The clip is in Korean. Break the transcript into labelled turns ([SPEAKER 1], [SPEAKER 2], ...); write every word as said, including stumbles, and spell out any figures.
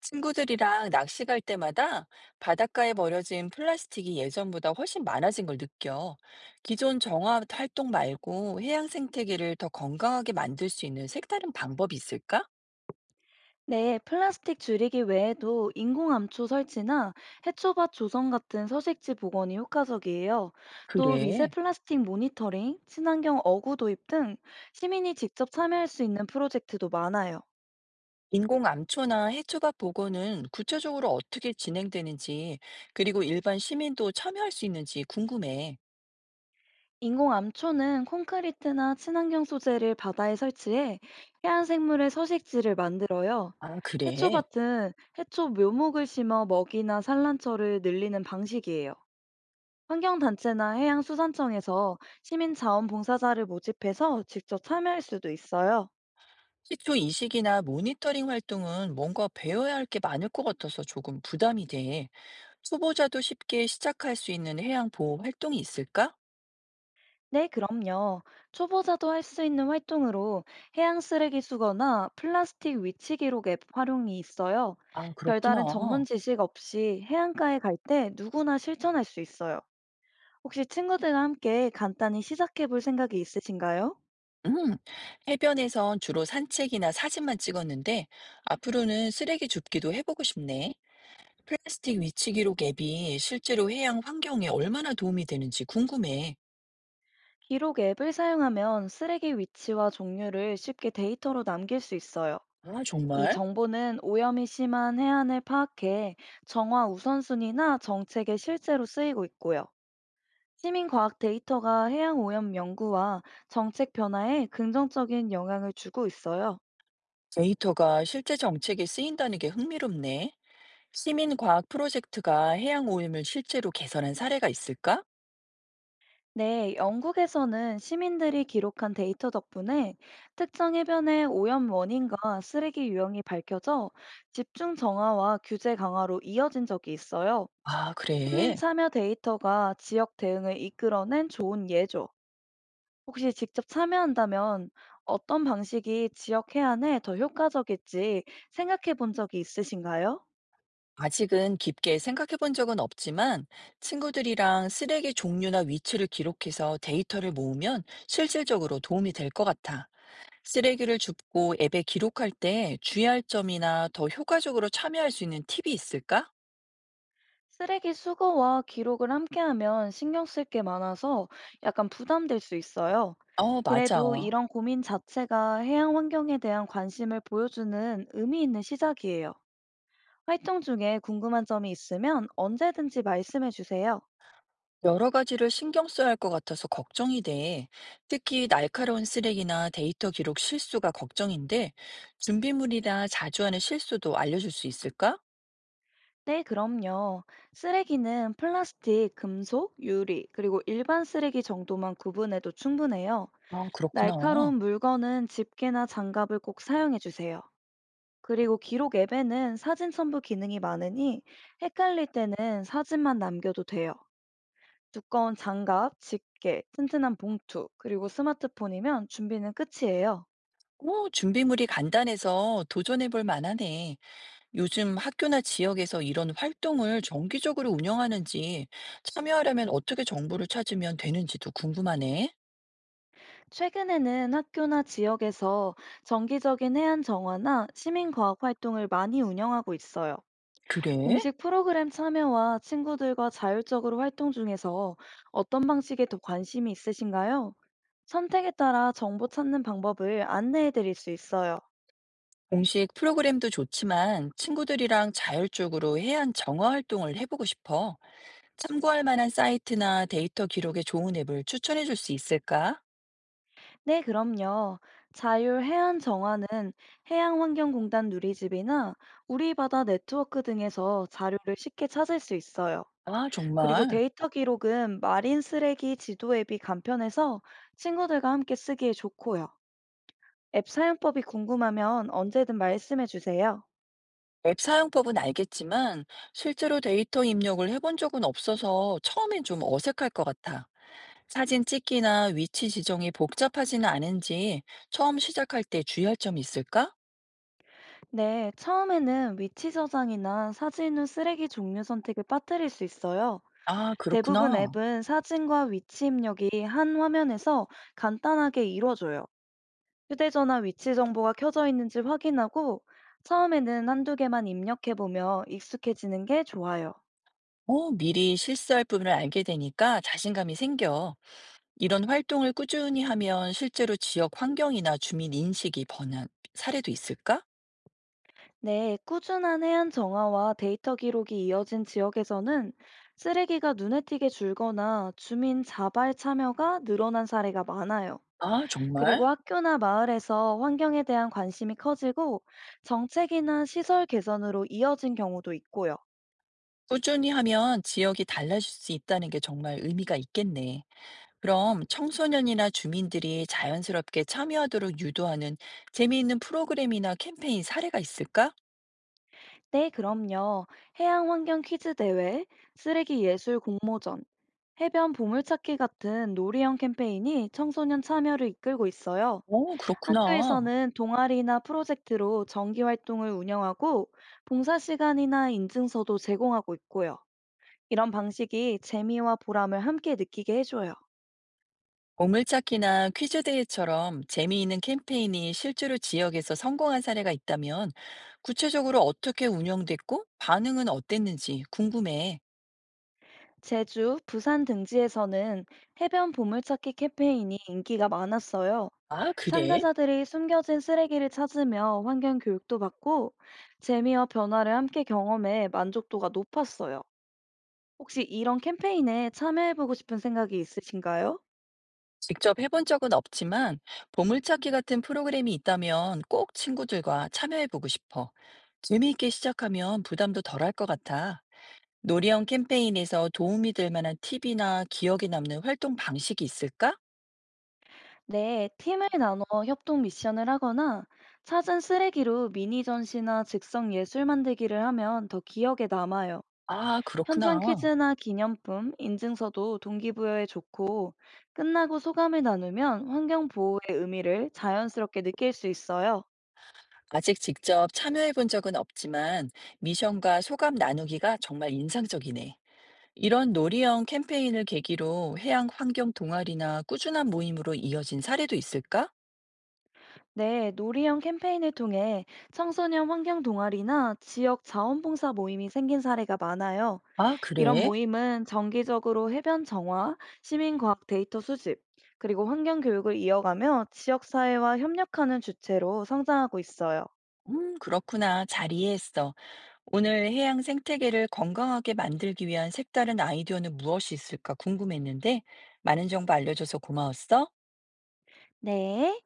[SPEAKER 1] 친구들이랑 낚시 갈 때마다 바닷가에 버려진 플라스틱이 예전보다 훨씬 많아진 걸 느껴. 기존 정화 활동 말고 해양 생태계를 더 건강하게 만들 수 있는 색다른 방법이 있을까?
[SPEAKER 2] 네, 플라스틱 줄이기 외에도 인공암초 설치나 해초밭 조성 같은 서식지 복원이 효과적이에요. 또 미세
[SPEAKER 1] 그래.
[SPEAKER 2] 플라스틱 모니터링, 친환경 어구 도입 등 시민이 직접 참여할 수 있는 프로젝트도 많아요.
[SPEAKER 1] 인공 암초나 해초밥 복원은 구체적으로 어떻게 진행되는지, 그리고 일반 시민도 참여할 수 있는지 궁금해.
[SPEAKER 2] 인공암초는 콘크리트나 친환경 소재를 바다에 설치해 해안 생물의 서식지를 만들어요.
[SPEAKER 1] 아, 그래.
[SPEAKER 2] 해초밭은 해초 묘목을 심어 먹이나 산란처를 늘리는 방식이에요. 환경단체나 해양수산청에서 시민자원봉사자를 모집해서 직접 참여할 수도 있어요.
[SPEAKER 1] 시초 인식이나 모니터링 활동은 뭔가 배워야 할 게 많을 것 같아서 조금 부담이 돼. 초보자도 쉽게 시작할 수 있는 해양 보호 활동이 있을까?
[SPEAKER 2] 네, 그럼요. 초보자도 할 수 있는 활동으로 해양 쓰레기 수거나 플라스틱 위치 기록 앱 활용이 있어요.
[SPEAKER 1] 아, 그렇구나.
[SPEAKER 2] 별다른 전문 지식 없이 해안가에 갈 때 누구나 실천할 수 있어요. 혹시 친구들과 함께 간단히 시작해 볼 생각이 있으신가요?
[SPEAKER 1] 음, 해변에선 주로 산책이나 사진만 찍었는데, 앞으로는 쓰레기 줍기도 해보고 싶네. 플라스틱 위치 기록 앱이 실제로 해양 환경에 얼마나 도움이 되는지 궁금해.
[SPEAKER 2] 기록 앱을 사용하면 쓰레기 위치와 종류를 쉽게 데이터로 남길 수 있어요.
[SPEAKER 1] 아,
[SPEAKER 2] 이
[SPEAKER 1] 정말?
[SPEAKER 2] 정보는 오염이 심한 해안을 파악해 정화 우선순위나 정책에 실제로 쓰이고 있고요. 시민과학 데이터가 해양 오염 연구와 정책 변화에 긍정적인 영향을 주고 있어요.
[SPEAKER 1] 데이터가 실제 정책에 쓰인다는 게 흥미롭네. 시민과학 프로젝트가 해양 오염을 실제로 개선한 사례가 있을까?
[SPEAKER 2] 네, 영국에서는 시민들이 기록한 데이터 덕분에 특정 해변의 오염 원인과 쓰레기 유형이 밝혀져 집중 정화와 규제 강화로 이어진 적이 있어요.
[SPEAKER 1] 아,
[SPEAKER 2] 시민
[SPEAKER 1] 그래.
[SPEAKER 2] 참여 데이터가 지역 대응을 이끌어낸 좋은 예죠. 혹시 직접 참여한다면 어떤 방식이 지역 해안에 더 효과적일지 생각해 본 적이 있으신가요?
[SPEAKER 1] 아직은 깊게 생각해 본 적은 없지만 친구들이랑 쓰레기 종류나 위치를 기록해서 데이터를 모으면 실질적으로 도움이 될 것 같아. 쓰레기를 줍고 앱에 기록할 때 주의할 점이나 더 효과적으로 참여할 수 있는 팁이 있을까?
[SPEAKER 2] 쓰레기 수거와 기록을 함께하면 신경 쓸 게 많아서 약간 부담될 수 있어요.
[SPEAKER 1] 어,
[SPEAKER 2] 그래도
[SPEAKER 1] 맞아.
[SPEAKER 2] 이런 고민 자체가 해양 환경에 대한 관심을 보여주는 의미 있는 시작이에요. 활동 중에 궁금한 점이 있으면 언제든지 말씀해 주세요.
[SPEAKER 1] 여러 가지를 신경 써야 할 것 같아서 걱정이 돼. 특히 날카로운 쓰레기나 데이터 기록 실수가 걱정인데, 준비물이나 자주 하는 실수도 알려줄 수 있을까?
[SPEAKER 2] 네, 그럼요. 쓰레기는 플라스틱, 금속, 유리, 그리고 일반 쓰레기 정도만 구분해도 충분해요.
[SPEAKER 1] 아, 그렇구나.
[SPEAKER 2] 날카로운 물건은 집게나 장갑을 꼭 사용해 주세요. 그리고 기록 앱에는 사진 첨부 기능이 많으니 헷갈릴 때는 사진만 남겨도 돼요. 두꺼운 장갑, 집게, 튼튼한 봉투, 그리고 스마트폰이면 준비는 끝이에요.
[SPEAKER 1] 어, 준비물이 간단해서 도전해 볼 만하네. 요즘 학교나 지역에서 이런 활동을 정기적으로 운영하는지, 참여하려면 어떻게 정보를 찾으면 되는지도 궁금하네.
[SPEAKER 2] 최근에는 학교나 지역에서 정기적인 해안 정화나 시민과학 활동을 많이 운영하고 있어요.
[SPEAKER 1] 그래?
[SPEAKER 2] 공식 프로그램 참여와 친구들과 자율적으로 활동 중에서 어떤 방식에 더 관심이 있으신가요? 선택에 따라 정보 찾는 방법을 안내해 드릴 수 있어요.
[SPEAKER 1] 공식 프로그램도 좋지만 친구들이랑 자율적으로 해안 정화 활동을 해보고 싶어. 참고할 만한 사이트나 데이터 기록에 좋은 앱을 추천해 줄 수 있을까?
[SPEAKER 2] 네, 그럼요. 자율 해안 정화는 해양환경공단 누리집이나 우리 바다 네트워크 등에서 자료를 쉽게 찾을 수 있어요.
[SPEAKER 1] 아,
[SPEAKER 2] 그리고
[SPEAKER 1] 정말.
[SPEAKER 2] 데이터 기록은 마린 쓰레기 지도 앱이 간편해서 친구들과 함께 쓰기에 좋고요. 앱 사용법이 궁금하면 언제든 말씀해 주세요.
[SPEAKER 1] 앱 사용법은 알겠지만 실제로 데이터 입력을 해본 적은 없어서 처음엔 좀 어색할 것 같아. 사진 찍기나 위치 지정이 복잡하지는 않은지 처음 시작할 때 주의할 점이 있을까?
[SPEAKER 2] 네, 처음에는 위치 저장이나 사진 후 쓰레기 종류 선택을 빠뜨릴 수 있어요.
[SPEAKER 1] 아,
[SPEAKER 2] 대부분
[SPEAKER 1] 그렇구나.
[SPEAKER 2] 앱은 사진과 위치 입력이 한 화면에서 간단하게 이루어져요. 휴대전화 위치 정보가 켜져 있는지 확인하고 처음에는 한두 개만 입력해보며 익숙해지는 게 좋아요.
[SPEAKER 1] 어, 미리 실수할 부분을 알게 되니까 자신감이 생겨. 이런 활동을 꾸준히 하면 실제로 지역 환경이나 주민 인식이 번한 사례도 있을까?
[SPEAKER 2] 네, 꾸준한 해안 정화와 데이터 기록이 이어진 지역에서는 쓰레기가 눈에 띄게 줄거나 주민 자발 참여가 늘어난 사례가 많아요.
[SPEAKER 1] 아 정말?
[SPEAKER 2] 그리고 학교나 마을에서 환경에 대한 관심이 커지고 정책이나 시설 개선으로 이어진 경우도 있고요.
[SPEAKER 1] 꾸준히 하면 지역이 달라질 수 있다는 게 정말 의미가 있겠네. 그럼 청소년이나 주민들이 자연스럽게 참여하도록 유도하는 재미있는 프로그램이나 캠페인 사례가 있을까?
[SPEAKER 2] 네, 그럼요. 해양 환경 퀴즈 대회, 쓰레기 예술 공모전, 해변 보물찾기 같은 놀이형 캠페인이 청소년 참여를 이끌고 있어요.
[SPEAKER 1] 어, 그렇구나.
[SPEAKER 2] 학교에서는 동아리나 프로젝트로 정기 활동을 운영하고 봉사 시간이나 인증서도 제공하고 있고요. 이런 방식이 재미와 보람을 함께 느끼게 해줘요.
[SPEAKER 1] 보물찾기나 퀴즈 대회처럼 재미있는 캠페인이 실제로 지역에서 성공한 사례가 있다면 구체적으로 어떻게 운영됐고 반응은 어땠는지 궁금해.
[SPEAKER 2] 제주, 부산 등지에서는 해변 보물찾기 캠페인이 인기가 많았어요.
[SPEAKER 1] 아, 그래?
[SPEAKER 2] 참가자들이 숨겨진 쓰레기를 찾으며 환경 교육도 받고 재미와 변화를 함께 경험해 만족도가 높았어요. 혹시 이런 캠페인에 참여해보고 싶은 생각이 있으신가요?
[SPEAKER 1] 직접 해본 적은 없지만 보물찾기 같은 프로그램이 있다면 꼭 친구들과 참여해보고 싶어. 재미있게 시작하면 부담도 덜할 것 같아. 놀이형 캠페인에서 도움이 될 만한 팁이나 기억에 남는 활동 방식이 있을까?
[SPEAKER 2] 네, 팀을 나눠 협동 미션을 하거나 찾은 쓰레기로 미니 전시나 즉석 예술 만들기를 하면 더 기억에 남아요.
[SPEAKER 1] 아, 그렇구나.
[SPEAKER 2] 현장 퀴즈나 기념품, 인증서도 동기부여에 좋고, 끝나고 소감을 나누면 환경 보호의 의미를 자연스럽게 느낄 수 있어요.
[SPEAKER 1] 아직 직접 참여해본 적은 없지만 미션과 소감 나누기가 정말 인상적이네. 이런 놀이형 캠페인을 계기로 해양 환경 동아리나 꾸준한 모임으로 이어진 사례도 있을까?
[SPEAKER 2] 네, 놀이형 캠페인을 통해 청소년 환경 동아리나 지역 자원봉사 모임이 생긴 사례가 많아요.
[SPEAKER 1] 아,
[SPEAKER 2] 이런
[SPEAKER 1] 그래?
[SPEAKER 2] 모임은 정기적으로 해변 정화, 시민과학 데이터 수집, 그리고 환경 교육을 이어가며 지역사회와 협력하는 주체로 성장하고 있어요.
[SPEAKER 1] 음, 그렇구나. 잘 이해했어. 오늘 해양 생태계를 건강하게 만들기 위한 색다른 아이디어는 무엇이 있을까 궁금했는데, 많은 정보 알려줘서 고마웠어.
[SPEAKER 2] 네.